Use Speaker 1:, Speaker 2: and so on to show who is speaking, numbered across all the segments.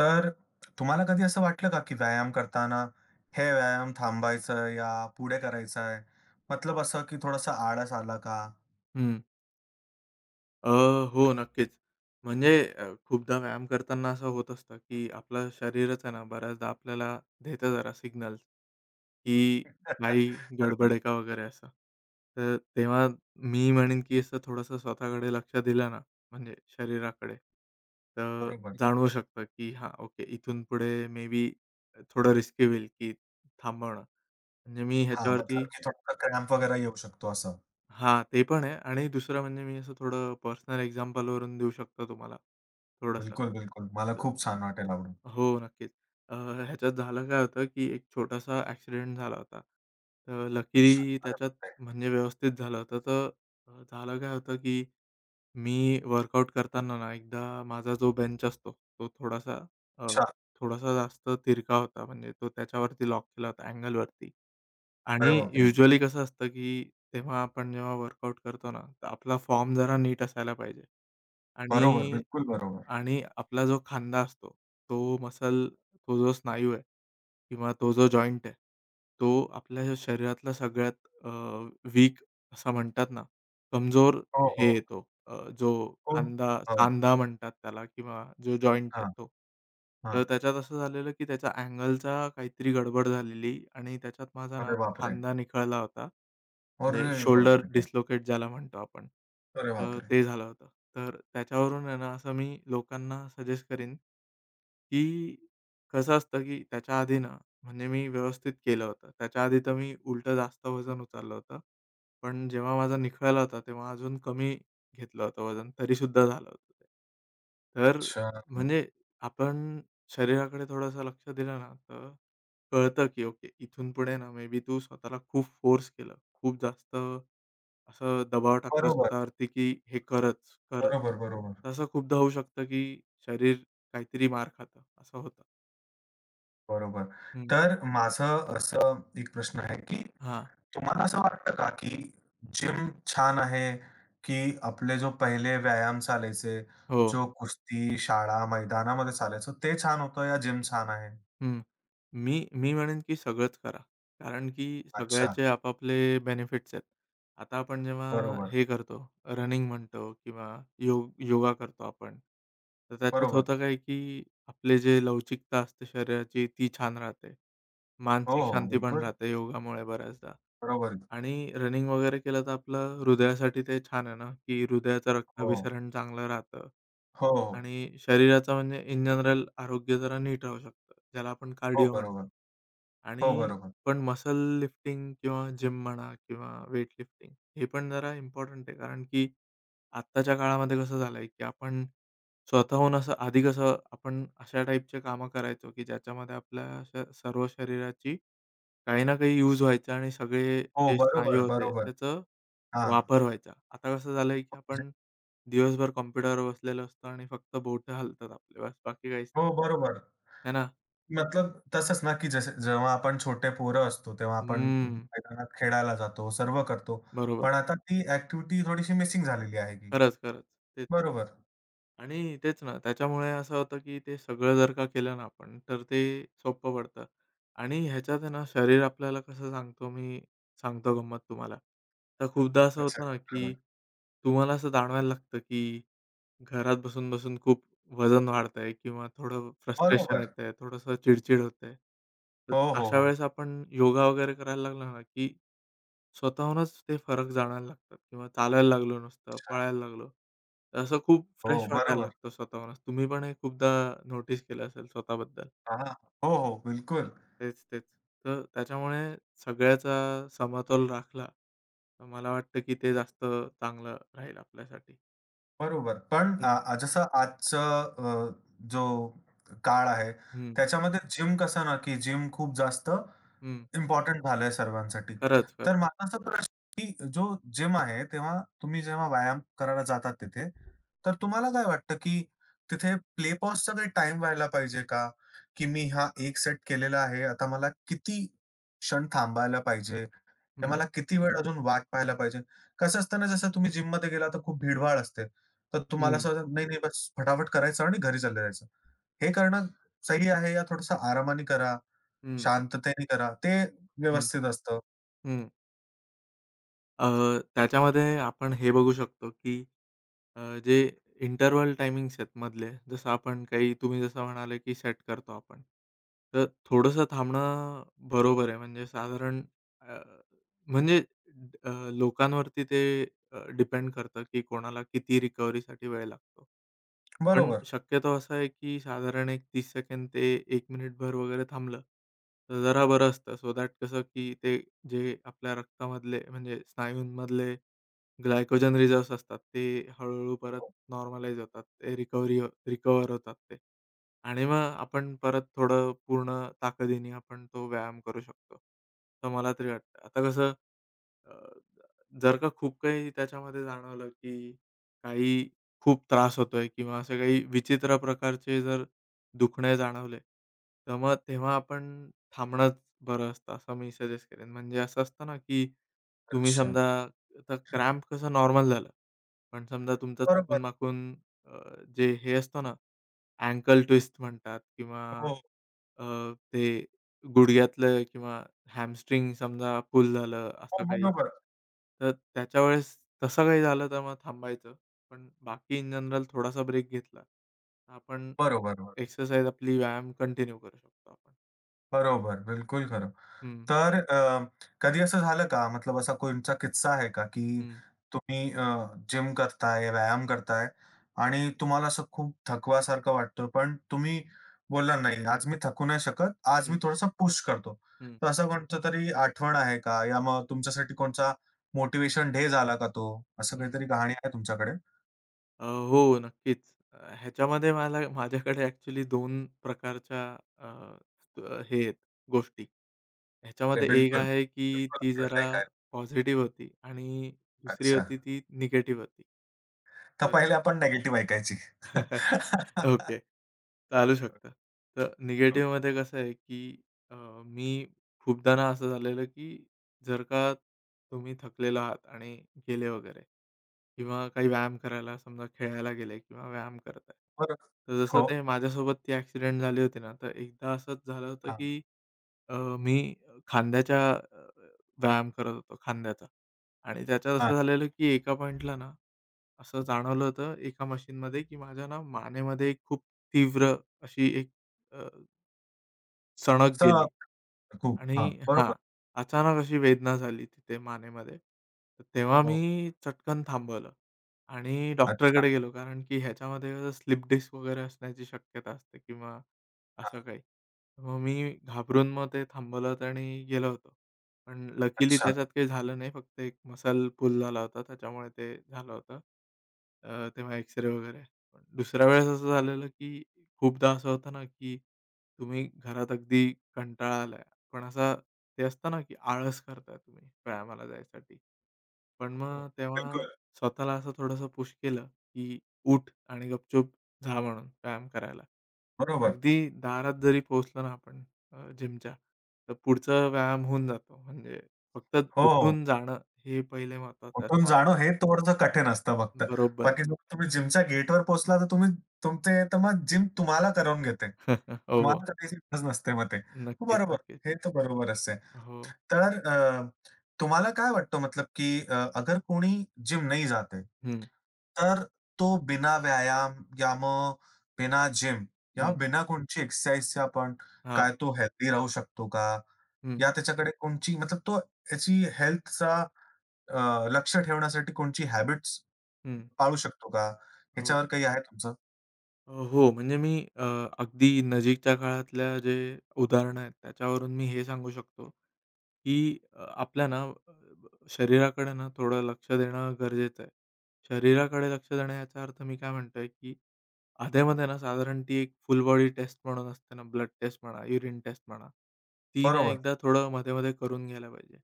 Speaker 1: तर तुम्हाला कधी असं वाटलं का, की व्यायाम करताना हे व्यायाम थांबायचं या पुढे करायचं आहे? मतलब असं की थोडासा आळस आला का?
Speaker 2: हं. अ, हो नक्कीच. म्हणजे खूपदा व्यायाम करताना असं होत असतं, की आपलं शरीरच आहे ना, बऱ्याचदा आपल्याला देतं जरा सिग्नल्स, की काही गडबड
Speaker 1: बरोबर,
Speaker 2: आहे का वगैरे असं. तर तेव्हा मी म्हणेन, की असं थोडंसं स्वतःकडे लक्ष दिलं ना, म्हणजे शरीराकडे, तर
Speaker 1: बरोबर.
Speaker 2: जाणवू शकतं, की हां, ओके इथून पुढे मे बी थोडं रिस्की होईल, की थांबवणं. म्हणजे मी
Speaker 1: हां,
Speaker 2: ह्याच्यावरती
Speaker 1: मतलब की थोडासा क्रॅम्प वगैरे येऊ शकतो असं.
Speaker 2: हां, ते पण आहे आणि दुसरं म्हणजे मी असं थोडं पर्सनल एक्झाम्पलवरून देऊ शकतो तुम्हाला थोडंसं.
Speaker 1: बिलकुल, बिलकुल. मला
Speaker 2: तर
Speaker 1: खूप छान वाटेल आवडून.
Speaker 2: हो, नक्कीच. अ, ह्याच्यात झालं काय होतं, की एक छोटासा ॲक्सिडेंट झाला होता. तर
Speaker 1: अच्छा,
Speaker 2: लकीली त्याच्यात म्हणजे व्यवस्थित झालं होतं. तर झालं काय होतं, की मी वर्कआउट करताना ना एकदा माझा जो बेंच असतो, तो थोडासा अ,
Speaker 1: अच्छा.
Speaker 2: थोडासा जास्त तिरका होता. म्हणजे तो त्याच्यावरती लॉक केला होता अँगलवरती. आणि
Speaker 1: अरे बापरे!
Speaker 2: युजुअली कसं असतं, की तेव्हा आपण जेव्हा वर्कआउट करतो ना, तर आपला फॉर्म जरा नीट असायला पाहिजे.
Speaker 1: बरोबर,
Speaker 2: आणि
Speaker 1: बिलकुल बरोबर.
Speaker 2: आणि आपला जो खांदा असतो, तो मसल, तो जो स्नायू आहे किंवा तो जो जॉइंट आहे, तो आपल्या शरीरातला सगळ्यात वीक असा म्हणतात ना, कमजोर
Speaker 1: हो,
Speaker 2: हे
Speaker 1: हो.
Speaker 2: येतो जो
Speaker 1: खूप
Speaker 2: खांदा
Speaker 1: हो.
Speaker 2: सांधा म्हणतात त्याला किंवा जो जॉइंट आहे
Speaker 1: हां,
Speaker 2: तो.
Speaker 1: हां.
Speaker 2: तर त्याच्यात असं झालेलं, की त्याच्या अँगलचा काहीतरी गडबड झालेली आणि त्याच्यात माझा ना
Speaker 1: अरे बापरे!
Speaker 2: खांदा निखळला होता.
Speaker 1: अरे
Speaker 2: म्हणजे शोल्डर
Speaker 1: बापरे!
Speaker 2: डिस्लोकेट ज्याला म्हणतो आपण.
Speaker 1: अरे
Speaker 2: तर
Speaker 1: बापरे!
Speaker 2: ते झालं होतं. तर त्याच्यावरून आहे ना असं मी लोकांना सजेस्ट करीन, की कसं असतं, की त्याच्या आधी ना म्हणजे मी व्यवस्थित केलं होतं. त्याच्या आधी तर मी उलटं जास्त वजन उचललं होतं. पण जेव्हा माझा निखळला होता, तेव्हा अजून कमी घेतलं होतं वजन, तरीसुद्धा झालं होतं ते. तर
Speaker 1: अच्छा.
Speaker 2: म्हणजे आपण शरीराकडे थोडंसं लक्ष दिलं ना, तर कळतं की ओके, इथून पुढे ना मे बी तू स्वतःला खूप फोर्स केलं. खूप जास्त असं दबाव टाकला
Speaker 1: बरोबर,
Speaker 2: स्वतःवरती की हे करच, करच.
Speaker 1: बरोबर, बरोबर.
Speaker 2: तसं खूपदा होऊ शकतं की शरीर काहीतरी मार खातं, असं होतं.
Speaker 1: बरोबर.
Speaker 2: हं.
Speaker 1: तर माझं असं एक प्रश्न आहे, की
Speaker 2: हां.
Speaker 1: तुम्हाला असं वाटतं का, की जिम छान आहे, की आपले जो पहिले व्यायाम चालायचे,
Speaker 2: हो.
Speaker 1: जो कुस्ती, शाळा, मैदानामध्ये चालायचो ते छान होतं या जिम छान आहे?
Speaker 2: हं. मी मी म्हणेन की सगळंच करा. कारण की
Speaker 1: अच्छा.
Speaker 2: सगळ्याचे आपापले बेनिफिट्स आहेत. आता आपण जेव्हा
Speaker 1: बरोबर,
Speaker 2: हे करतो, रनिंग म्हणतो किंवा योगा करतो आपण. तर त्याच्यात
Speaker 1: बरोबर.
Speaker 2: होतं काय की आपले जे लवचिकता असते शरीराची ती छान राहते.
Speaker 1: हो,
Speaker 2: मानसिक
Speaker 1: हो.
Speaker 2: शांती पण
Speaker 1: बिलकुल.
Speaker 2: राहते योगामुळे बऱ्याचदा
Speaker 1: बरोबर.
Speaker 2: आणि रनिंग वगैरे केलं तर आपलं हृदयासाठी ते छान आहे ना, की हृदयाचं
Speaker 1: हो.
Speaker 2: रक्ताभिसरण चांगलं राहतं
Speaker 1: हो, हो.
Speaker 2: आणि शरीराचं म्हणजे इन जनरल आरोग्य जरा नीट राहू शकतं. ज्याला आपण
Speaker 1: हो,
Speaker 2: कार्डिओ
Speaker 1: बरोबर.
Speaker 2: म्हणतो
Speaker 1: हो,
Speaker 2: आणि
Speaker 1: बरोबर.
Speaker 2: पण मसल लिफ्टिंग किंवा जिम म्हणा किंवा वेट लिफ्टिंग हे पण जरा इम्पोर्टंट आहे. कारण की आत्ताच्या काळामध्ये कसं झालंय, की आपण स्वतःहून असं आधी कसं आपण अशा टाईपचे कामं करायचो, की ज्याच्यामध्ये आपल्या अशा सर्व शरीराची काही ना काही यूज व्हायचा आणि सगळे
Speaker 1: हो,
Speaker 2: जे
Speaker 1: बरोबर,
Speaker 2: स्नायू होते
Speaker 1: बरोबर.
Speaker 2: त्याचा
Speaker 1: हां.
Speaker 2: वापर व्हायचा. आता कसं झालंय, की आपण दिवसभर कॉम्प्युटरवर बसलेलो असतो आणि फक्त बोटं हलतात आपले बस बाकी काहीच
Speaker 1: हो, बरोबर.
Speaker 2: है ना?
Speaker 1: मतलब तसंच ना, की ज़से जेव्हा आपण छोटे पोरं असतो, तेव्हा आपण
Speaker 2: हं,
Speaker 1: मैदानात खेळायला जातो, सर्व करतो.
Speaker 2: बरोबर.
Speaker 1: पण आता ती ॲक्टिव्हिटी थोडीशी मिसिंग झालेली आहे की
Speaker 2: खरंच, खरंच. तेच.
Speaker 1: बरोबर.
Speaker 2: आणि तेच ना, त्याच्यामुळे असं होतं, की ते सगळं जर का केलं ना आपण, तर ते सोपं पडतं. आणि ह्याच्यात आहे ना, शरीर आपल्याला कसं सांगतो, मी सांगतो गंमत तुम्हाला. तर खूपदा असं
Speaker 1: अच्छा.
Speaker 2: होतं ना,
Speaker 1: बरोबर.
Speaker 2: की तुम्हाला असं जाणवायला लागतं, की घरात बसून-बसून खूप वजन वाढतंय किंवा थोडं फ्रस्ट्रेशन
Speaker 1: बरोबर.
Speaker 2: येतंय, थोडंसं चिड-चिड होतंय. तर
Speaker 1: हो, हो,
Speaker 2: अशा
Speaker 1: हो.
Speaker 2: वेळेस आपण योगा वगैरे करायला लागलो ना, की स्वतःहूनच ते फरक जाणायला लागतात किंवा चालायला लागलो नुसतं,
Speaker 1: अच्छा.
Speaker 2: पळायला लागलो. तर असं खूप
Speaker 1: हो,
Speaker 2: फ्रेश वाटायला
Speaker 1: बरोबर.
Speaker 2: लागतं स्वतःहूनच. तुम्ही पण हे खूपदा नोटीस केलं असेल स्वतःबद्दल.
Speaker 1: हां. हो, हो. बिलकुल.
Speaker 2: तेच, तेच. तर त्याच्यामुळे सगळ्याचा समतोल राखला, तर मला वाटतं की ते जास्त चांगलं राहील आपल्यासाठी.
Speaker 1: बरोबर. पण अ,
Speaker 2: हं,
Speaker 1: अ, जसं आजचं अ, जो काळ आहे,
Speaker 2: हं,
Speaker 1: त्याच्यामध्ये जिम कसं ना, की जिम खूप जास्त
Speaker 2: हं.
Speaker 1: इम्पोर्टंट झालंय सर्वांसाठी.
Speaker 2: खरंच, खरंच.
Speaker 1: तर मला असा प्रश्न की जो जिम आहे, तेव्हा तुम्ही जेव्हा व्यायाम करायला जातात तिथे, तर तुम्हाला काय वाटतं की तिथे प्ले पॉजचा काही टाईम व्हायला पाहिजे का? की मी हा एक सेट केलेला आहे, आता मला किती क्षण थांबायला पाहिजे? या मला किती वेळ अजून वाट पाहायला पाहिजे? कसं असतं ना, जसं तुम्ही जिममध्ये गेला तर खूप भीडभाड असते. तर तुम्हाला
Speaker 2: हं,
Speaker 1: असं वाटतं, "नाही, नाही, बस फटाफट करायचं आणि घरी चालले जायचं." हे करणं सही आहे या थोडंसं आरामाने करा
Speaker 2: हं,
Speaker 1: शांततेने करा. ते
Speaker 2: हं,
Speaker 1: व्यवस्थित असतं.
Speaker 2: हं. अ, त्याच्यामध्ये आपण हे बघू शकतो, की जे इंटरव्हल टायमिंग्स आहेत मधले, जसं आपण काही तुम्ही जसं म्हणाले, की सेट करतो आपण. तर थोडंसं थांबणं बरोबर आहे. म्हणजे साधारण अ, म्हणजे अ, लोकांवरती ते डिपेंड करतं, की कोणाला किती रिकव्हरीसाठी वेळ लागतो. पण
Speaker 1: बरोबर.
Speaker 2: शक्यतो असं आहे, की साधारण एक 30 सेकंद ते 1 मिनिटभर वगैरे थांबलं, तर जरा बरं असतं. सो दॅट कसं, की ते जे आपल्या रक्तामधले म्हणजे स्नायूंमधले ग्लायकोजन रिझर्व्हज असतात, ते हळू परत नॉर्मलाईज होतात. ते रिकव्हर होतात ते. आणि मग आपण परत थोडं पूर्ण ताकदीने आपण तो व्यायाम करू शकतो. तर मला तरी वाटतं. आता कसं जर का खूप काही त्याच्यामध्ये जाणवलं, की काही खूप त्रास होतोय किंवा असे काही विचित्र प्रकारचे जर दुखणे जाणवले, तर मग तेव्हा आपण थांबणंच बरं असतं, असं मी सजेस्ट करेन. म्हणजे असं असतं ना, की तुम्ही
Speaker 1: अच्छा.
Speaker 2: समजा आता क्रॅम्प कसं नॉर्मल झालं, पण समजा तुमचा
Speaker 1: बरोबर.
Speaker 2: चुकून-माकून अ, जे हे असतं ना, अँकल ट्विस्ट म्हणतात किंवा
Speaker 1: हो, हो.
Speaker 2: अ, ते गुडघ्यातलं किंवा हॅमस्ट्रिंग समजा पुल झालं असं काही.
Speaker 1: बरोबर.
Speaker 2: तर त्याच्या वेळेस तसं काही झालं तर मग थांबायचं. पण बाकी इन जनरल थोडासा ब्रेक घेतला, तर आपण
Speaker 1: बरोबर, बरोबर.
Speaker 2: एक्सरसाइज आपली व्यायाम कंटिन्यू करू शकतो आपण.
Speaker 1: बरोबर. बिलकुल खरं.
Speaker 2: हं,
Speaker 1: तर कधी असं झालं का मतलब असा कोणचा किस्सा आहे का, की
Speaker 2: हं,
Speaker 1: तुम्ही जिम करताय, व्यायाम करताय आणि तुम्हाला असं खूप थकवासारखं वाटतं, पण तुम्ही बोलला, "नाही, आज मी थकू नाही शकत. आज मी
Speaker 2: हं,
Speaker 1: थोडासा पुश करतो."
Speaker 2: हं,
Speaker 1: तर असा कोणतं तरी आठवण आहे का? या मग तुमच्यासाठी कोणता
Speaker 2: हं,
Speaker 1: मोटिव्हेशन डे झाला का तो? असं
Speaker 2: हं.
Speaker 1: काहीतरी कहाणी आहे तुमच्याकडे?
Speaker 2: हो, नक्कीच. ह्याच्यामध्ये मला माझ्याकडे ॲक्चुअली 2 प्रकारच्या अ, अ, हे आहेत गोष्टी.
Speaker 1: अरे,
Speaker 2: ह्याच्यामध्ये एक
Speaker 1: बिलकुल.
Speaker 2: आहे, की
Speaker 1: बिलकुल
Speaker 2: ती
Speaker 1: आवडत
Speaker 2: जरा
Speaker 1: ऐकायला.
Speaker 2: पॉझिटिव्ह होती आणि दुसरी
Speaker 1: अच्छा.
Speaker 2: होती ती निगेटिव्ह होती.
Speaker 1: तर
Speaker 2: तर
Speaker 1: पहिले आपण निगेटिव्ह ऐकायची.
Speaker 2: ओके. चालू शकतं. तर निगेटिव्हमध्ये कसं आहे, की अ, मी खूपदा ना असं झालेलं, की जर का तुम्ही थकलेला आहात आणि गेले वगैरे किंवा काही व्यायाम करायला समजा खेळायला गेले किंवा व्यायाम करताय.
Speaker 1: बरोबर.
Speaker 2: तर जसं
Speaker 1: हो.
Speaker 2: ते माझ्यासोबत ती ॲक्सिडेंट झाली होती ना, तर एकदा असंच झालं होतं,
Speaker 1: हां,
Speaker 2: की मी खांद्याच्या अ, व्यायाम करत होतो खांद्याचा आणि त्याच्यात
Speaker 1: हां.
Speaker 2: असं झालेलं, की एका पॉइंटला ना, असं जाणवलं होतं एका मशीनमध्ये, की माझ्या ना मानेमध्ये खूप तीव्र अशी एक अ, सणक
Speaker 1: असं
Speaker 2: गेली.
Speaker 1: खूप
Speaker 2: आणि
Speaker 1: हां,
Speaker 2: हां,
Speaker 1: बरोबर.
Speaker 2: अचानक अशी वेदना झाली तिथे मानेमध्ये. तर तेव्हा
Speaker 1: हो.
Speaker 2: मी चटकन थांबवलं आणि
Speaker 1: अच्छा,
Speaker 2: डॉक्टरकडे गेलो. कारण की ह्याच्यामध्ये कसं स्लिप डिस्क वगैरे असण्याची शक्यता असते किंवा असं
Speaker 1: हां,
Speaker 2: काही. मग मी घाबरून मग ते थांबवलं होतं आणि गेलो होतो. पण लकीली
Speaker 1: अच्छा.
Speaker 2: त्याच्यात काही झालं नाही. फक्त एक मसल पुल झाला होता. त्याच्यामुळे ते झालं होतं. तेव्हा एक्स वगैरे. पण दुसऱ्या वेळेस असं झालेलं की खूपदा असं होतं ना, की तुम्ही घरात अगदी कंटाळा आलाय पण असा ते असतं ना, की आळस करताय तुम्ही व्यायामाला जायसाठी. पण
Speaker 1: हो,
Speaker 2: मग तेव्हा
Speaker 1: बिलकुल.
Speaker 2: स्वतःला असं थोडंसं पुश केलं, की उठ आणि गपचूप जा म्हणून व्यायाम करायला.
Speaker 1: बरोबर.
Speaker 2: अगदी दारात जरी पोहोचलो ना आपण जिमच्या, तर पुढचा व्यायाम होऊन जातो. म्हणजे फक्त
Speaker 1: हो, हो.
Speaker 2: उठून जाणं हे पहिले महत्त्वाचं आहे
Speaker 1: उठून
Speaker 2: मला.
Speaker 1: जाणं हे थोडंसं कठीण असतं फक्त.
Speaker 2: बरोबर.
Speaker 1: बाकी जर तुम्ही जिमच्या गेटवर पोहोचला तर तुम्ही तुमचे तर मग जिम तुम्हाला करवून घेते.
Speaker 2: हो, हो.
Speaker 1: तुम्हाला करायची गरज नसते मग ते. हो,
Speaker 2: नक्कीच,
Speaker 1: बरोबर.
Speaker 2: नक्कीच.
Speaker 1: हे तर बरोबरच आहे.
Speaker 2: हो.
Speaker 1: तर तुम्हाला काय वाटतं मतलब की अगर कोणी जिम नहीं जाते,
Speaker 2: हं,
Speaker 1: तर तो बिना व्यायाम या मग बिना जिम या
Speaker 2: हं.
Speaker 1: बिना कोणची एक्सरसाइजचे आपण
Speaker 2: हां.
Speaker 1: काय तो हेल्दी राहू शकतो का?
Speaker 2: हं,
Speaker 1: या त्याच्याकडे कोणची मतलब तो त्याची हेल्थचा लक्ष ठेवण्यासाठी कोणची हॅबिट्स
Speaker 2: हं.
Speaker 1: पाळू शकतो का?
Speaker 2: हो.
Speaker 1: ह्याच्यावर काही आहे तुमचं?
Speaker 2: हो, म्हणजे मी अ, अगदी नजीकच्या काळातल्या जे उदाहरणं आहेत, त्याच्यावरून मी हे सांगू शकतो, की आपल्या ना अ, शरीराकडे ना थोडं लक्ष देणं गरजेचं आहे. शरीराकडे लक्ष देणं याचा अर्थ मी काय म्हणतोय, की आधेमध्ये ना साधारण ती एक फुल बॉडी टेस्ट म्हणून असते ना, ब्लड टेस्ट म्हणा, युरिन टेस्ट म्हणा, ती ना
Speaker 1: बरोबर.
Speaker 2: एकदा थोडं मध्ये-मध्ये करून घ्यायला पाहिजे.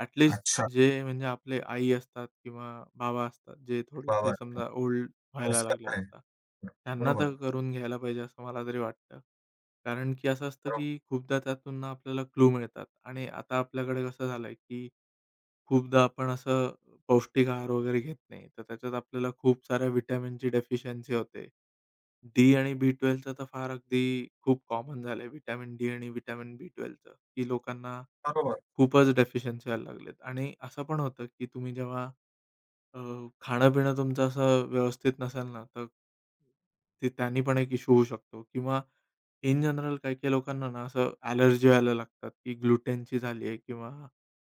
Speaker 2: ॲट
Speaker 1: अच्छा.
Speaker 2: जे म्हणजे आपले आई असतात किंवा बाबा असतात, जे
Speaker 1: वाह!
Speaker 2: थोडेसे
Speaker 1: वाह!
Speaker 2: समजा ओल्ड
Speaker 1: तेच
Speaker 2: व्हायला लागला
Speaker 1: करणार आहे.
Speaker 2: होता. त्यांना
Speaker 1: बरोबर,
Speaker 2: तर करून घ्यायला पाहिजे असं मला तरी वाटतं. कारण की असं असतं
Speaker 1: बरोबर,
Speaker 2: की खूपदा त्यातून ना आपल्याला क्लू मिळतात आणि आता आपल्याकडे कसं झालंय की खूपदा आपण असं पौष्टिक आहार वगैरे घेत नाही. तर त्याच्यात आपल्याला खूप साऱ्या व्हिटॅमिनची डेफिशियन्सी होते. डी आणि बी12चं तर फार अगदी खूप कॉमन झालंय. व्हिटॅमिन डी आणि व्हिटॅमिन बी12चं की लोकांना
Speaker 1: बरोबर.
Speaker 2: खूपच डेफिशियन्सी व्हायला लागलेत आणि असं पण होतं की तुम्ही जेव्हा अ, खाणं-पिणं तुमचं असं व्यवस्थित नसेल ना, तर ते त्यांनी पण एक इश्यू होऊ शकतो किंवा इन जनरल काही-काही लोकांना ना असं ॲलर्जी व्हायला लागतात, की ग्लुटेनची झाली आहे किंवा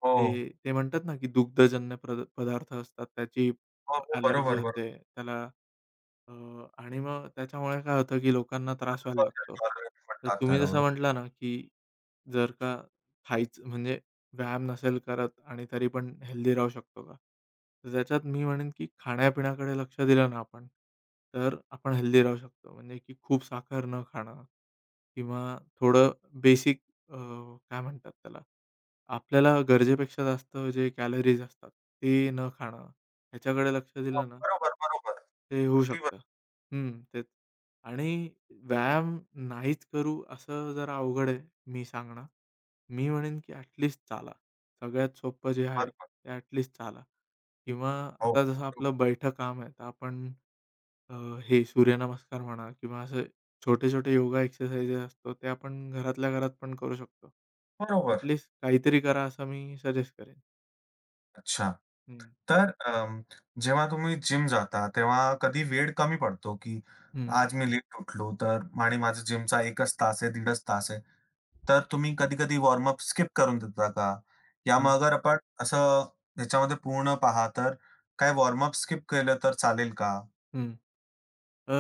Speaker 1: हो.
Speaker 2: ते ते म्हणतात ना, की दुग्धजन्य पदार्थ असतात त्याची
Speaker 1: हो, हो. बरोबर,
Speaker 2: ॲलर्जी
Speaker 1: बरोबर.
Speaker 2: होते. अ, आणि मग त्याच्यामुळे काय होतं, की लोकांना त्रास व्हायला
Speaker 1: कॉर्नर
Speaker 2: लागतो.
Speaker 1: कॉर्नर
Speaker 2: तर
Speaker 1: म्हणतात
Speaker 2: तुम्ही
Speaker 1: त्याला
Speaker 2: जसं
Speaker 1: बरोबर.
Speaker 2: म्हटला ना, की जर का खायचं म्हणजे व्यायाम नसेल करत आणि तरी पण हेल्दी राहू शकतो का? तर त्याच्यात मी म्हणेन, की खाण्यापिण्याकडे लक्ष दिलं ना आपण, तर आपण हेल्दी राहू शकतो. म्हणजे की खूप साखर न खाणं किंवा थोडं बेसिक काय म्हणतात त्याला? आपल्याला गरजेपेक्षा जास्त जे कॅलरीज असतात, ते न खाणं, ह्याच्याकडे लक्ष
Speaker 1: हां,
Speaker 2: दिलं ना
Speaker 1: बरोबर, बरोबर.
Speaker 2: ते होऊ
Speaker 1: अगदी
Speaker 2: शकतं.
Speaker 1: बरोबर.
Speaker 2: हं, तेच. आणि व्यायाम नाहीच करू असं जरा अवघड आहे, मी सांगणं. मी म्हणेन की ॲट चाला. सगळ्यात सोपं जे आहे,
Speaker 1: बरोबर.
Speaker 2: ते ॲट चाला किंवा
Speaker 1: हो,
Speaker 2: आता जसं
Speaker 1: बरोबर.
Speaker 2: आपलं बैठं काम आहे, तर आपण अ, हे सूर्यनमस्कार म्हणा किंवा असे छोटे-छोटे योगा एक्सरसाइजेस असतो, ते आपण घरातल्या घरात पण करू शकतो. ॲट
Speaker 1: बरोबर.
Speaker 2: लीस्ट काहीतरी करा असं मी सजेस्ट करेन.
Speaker 1: अच्छा.
Speaker 2: हं,
Speaker 1: तर अं, जेव्हा तुम्ही जिम जाता तेव्हा कधी वेळ कमी पडतो, की
Speaker 2: हं,
Speaker 1: आज मी लेट उठलो तर आणि माझं जिमचा 1च तास आहे, 1.5च तास आहे. तर तुम्ही कधी-कधी वॉर्मअप स्किप करून देता का? या मग
Speaker 2: हं,
Speaker 1: अगर आपण असं ह्याच्यामध्ये पूर्ण पहा तर काय वॉर्मअप स्किप केलं तर चालेल का?
Speaker 2: हं. अ,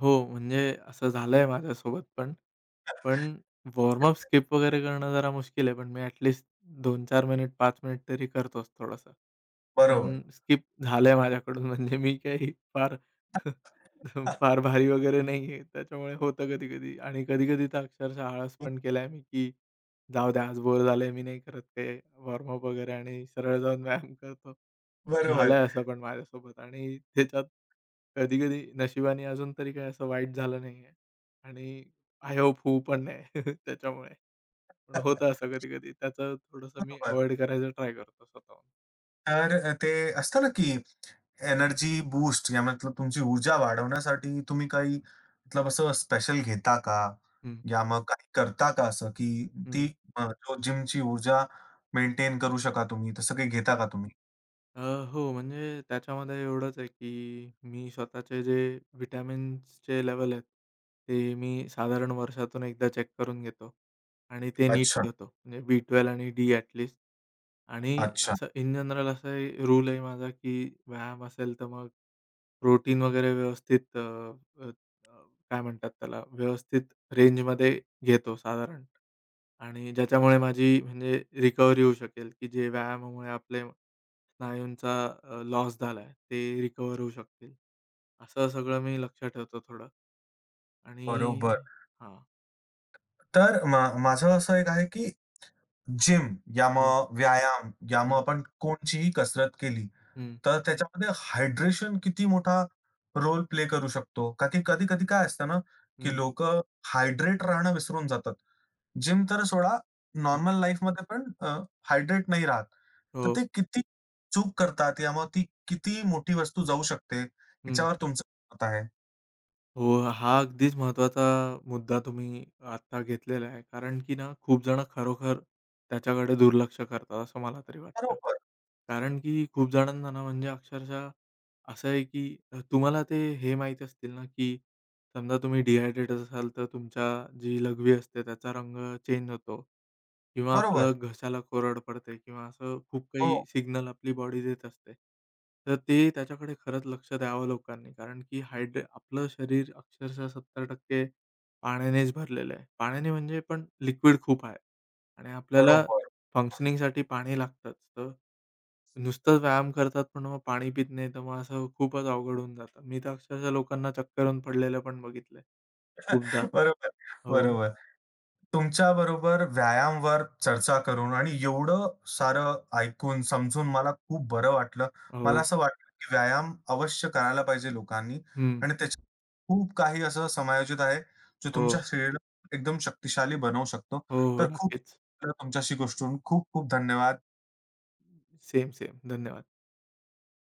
Speaker 2: हो, म्हणजे असं झालंय माझ्यासोबत पण. पण वॉर्मअप स्किप वगैरे करणं जरा मुश्किल आहे. पण मी ॲटलीस्ट 2-4 मिनिट, 5 मिनिट तरी करतोच थोडासा.
Speaker 1: बरोबर.
Speaker 2: पण स्किप झालंय माझ्याकडून म्हणजे मी काही फार फार भारी वगैरे नाहीये. त्याच्यामुळे होतं कधी-कधी आणि कधी-कधी तर अक्षरशः आळस पण केलाय मी, की जाऊ द्या आज बोर झालंय मी नाही करत काही वॉर्मअप वगैरे आणि सरळ जाऊन व्यायाम करतो.
Speaker 1: बरोबर.
Speaker 2: झालंय असं पण माझ्यासोबत आणि त्याच्यात कधी-कधी नशिबाने अजून तरी काही असं वाईट झालं नाहीये आणि आय होप होऊ पण नाही त्याच्यामुळे. पण होतं असं कधी-कधी. त्याचं थोडंसं मी
Speaker 1: बरोबर.
Speaker 2: अव्हॉइड करायचा ट्राय करतो स्वतःहून.
Speaker 1: तर ते असतं ना की एनर्जी बूस्ट या मतलब तुमची ऊर्जा वाढवण्यासाठी तुम्ही काही मतलब असं स्पेशल घेता का?
Speaker 2: हं,
Speaker 1: या मग काही करता का असं की ती
Speaker 2: हं,
Speaker 1: जो जिमची ऊर्जा मेंटेन करू शका तुम्ही, तसं काही घेता का तुम्ही?
Speaker 2: अ, हो, म्हणजे त्याच्यामध्ये एवढंच आहे, की मी स्वतःचे जे व्हिटॅमिन्सचे लेवल आहेत, ते मी साधारण वर्षातून एकदा चेक करून घेतो आणि ते नीट
Speaker 1: अच्छा,
Speaker 2: ठेवतो. म्हणजे बी12 आणि डी ॲटलीस्ट आणि
Speaker 1: अच्छा.
Speaker 2: असं इन जनरल असा रूल आहे माझा, की व्यायाम असेल तर मग प्रोटीन वगैरे व्यवस्थित अ, अ, अ, काय म्हणतात त्याला, व्यवस्थित रेंजमध्ये घेतो साधारण. आणि ज्याच्यामुळे माझी म्हणजे रिकव्हरी होऊ शकेल, की जे व्यायामामुळे आपले स्नायूंचा लॉस झालाय ते रिकव्हर होऊ शकतील. असं सगळं मी लक्षात ठेवतो थोडं. आणि
Speaker 1: बरोबर.
Speaker 2: हां.
Speaker 1: तर माझं असं एक आहे की जिम या
Speaker 2: हं,
Speaker 1: मग व्यायाम या मग
Speaker 2: हं.
Speaker 1: आपण कोणचीही कसरत केली
Speaker 2: हं,
Speaker 1: तर त्याच्यामध्ये हायड्रेशन किती मोठा रोल प्ले करू शकतो. का की कधी-कधी काय असतं ना, की
Speaker 2: हं,
Speaker 1: लोकं हायड्रेट राहणं विसरून जातात. जिम तर सोडा,
Speaker 2: हं.
Speaker 1: नॉर्मल लाईफमध्ये पण हायड्रेट नाही राहत. तर
Speaker 2: हो.
Speaker 1: ते किती चूक करतात या मग ती किती मोठी वस्तू जाऊ शकते,
Speaker 2: हं.
Speaker 1: ह्याच्यावर तुमचं मत आहे.
Speaker 2: हो, हा अगदीच महत्त्वाचा मुद्दा तुम्ही आत्ता घेतलेला आहे. कारण की ना खूप जण खरोखर त्याच्याकडे दुर्लक्ष करतात असं मला तरी वाटतं.
Speaker 1: बरोबर,
Speaker 2: कारण की खूप जणांना ना म्हणजे अक्षरशः असं आहे की तुम्हाला ते हे माहीत असतील ना की समजा तुम्ही डिहायड्रेट असाल तर तुमच्या जी लघवी असते त्याचा रंग चेंज होतो. किंवा
Speaker 1: बरोबर.
Speaker 2: आपलं घशाला कोरड पडते किंवा असं खूप
Speaker 1: हो,
Speaker 2: काही सिग्नल आपली बॉडी देत असते. तर ते त्याच्याकडे खरंच लक्ष द्यावं लोकांनी. कारण की हायड्रे आपलं शरीर अक्षरशः 70% पाण्यानेच भरलेलं आहे. पाण्याने म्हणजे पण लिक्विड खूप आहे आणि आपल्याला
Speaker 1: बरोबर.
Speaker 2: फंक्शनिंगसाठी पाणी लागतंच. तर नुसतंच व्यायाम करतात पण मग पाणी पीत नाही, तर मग असं खूपच अवघड होऊन जातं. मी तर अक्षरशः लोकांना चक्कर येऊन पडलेलं पण बघितलंय खूपदा.
Speaker 1: बरोबर,
Speaker 2: हो,
Speaker 1: बरोबर. तुमच्याबरोबर व्यायामवर चर्चा करून आणि एवढं सारं ऐकून, समजून मला खूप बरं वाटलं. मला
Speaker 2: हो.
Speaker 1: असं वाटलं, की व्यायाम अवश्य करायला पाहिजे लोकांनी
Speaker 2: हं.
Speaker 1: आणि त्याच्यात खूप काही असं समायोजित आहे, जो
Speaker 2: हो,
Speaker 1: तुमच्या शरीराला एकदम शक्तिशाली बनवू शकतो.
Speaker 2: हो, हो.
Speaker 1: तर खूप
Speaker 2: नक्कीच.
Speaker 1: तुमच्याशी गोष्ट होऊन खूप खूप धन्यवाद.
Speaker 2: Same, same. धन्यवाद.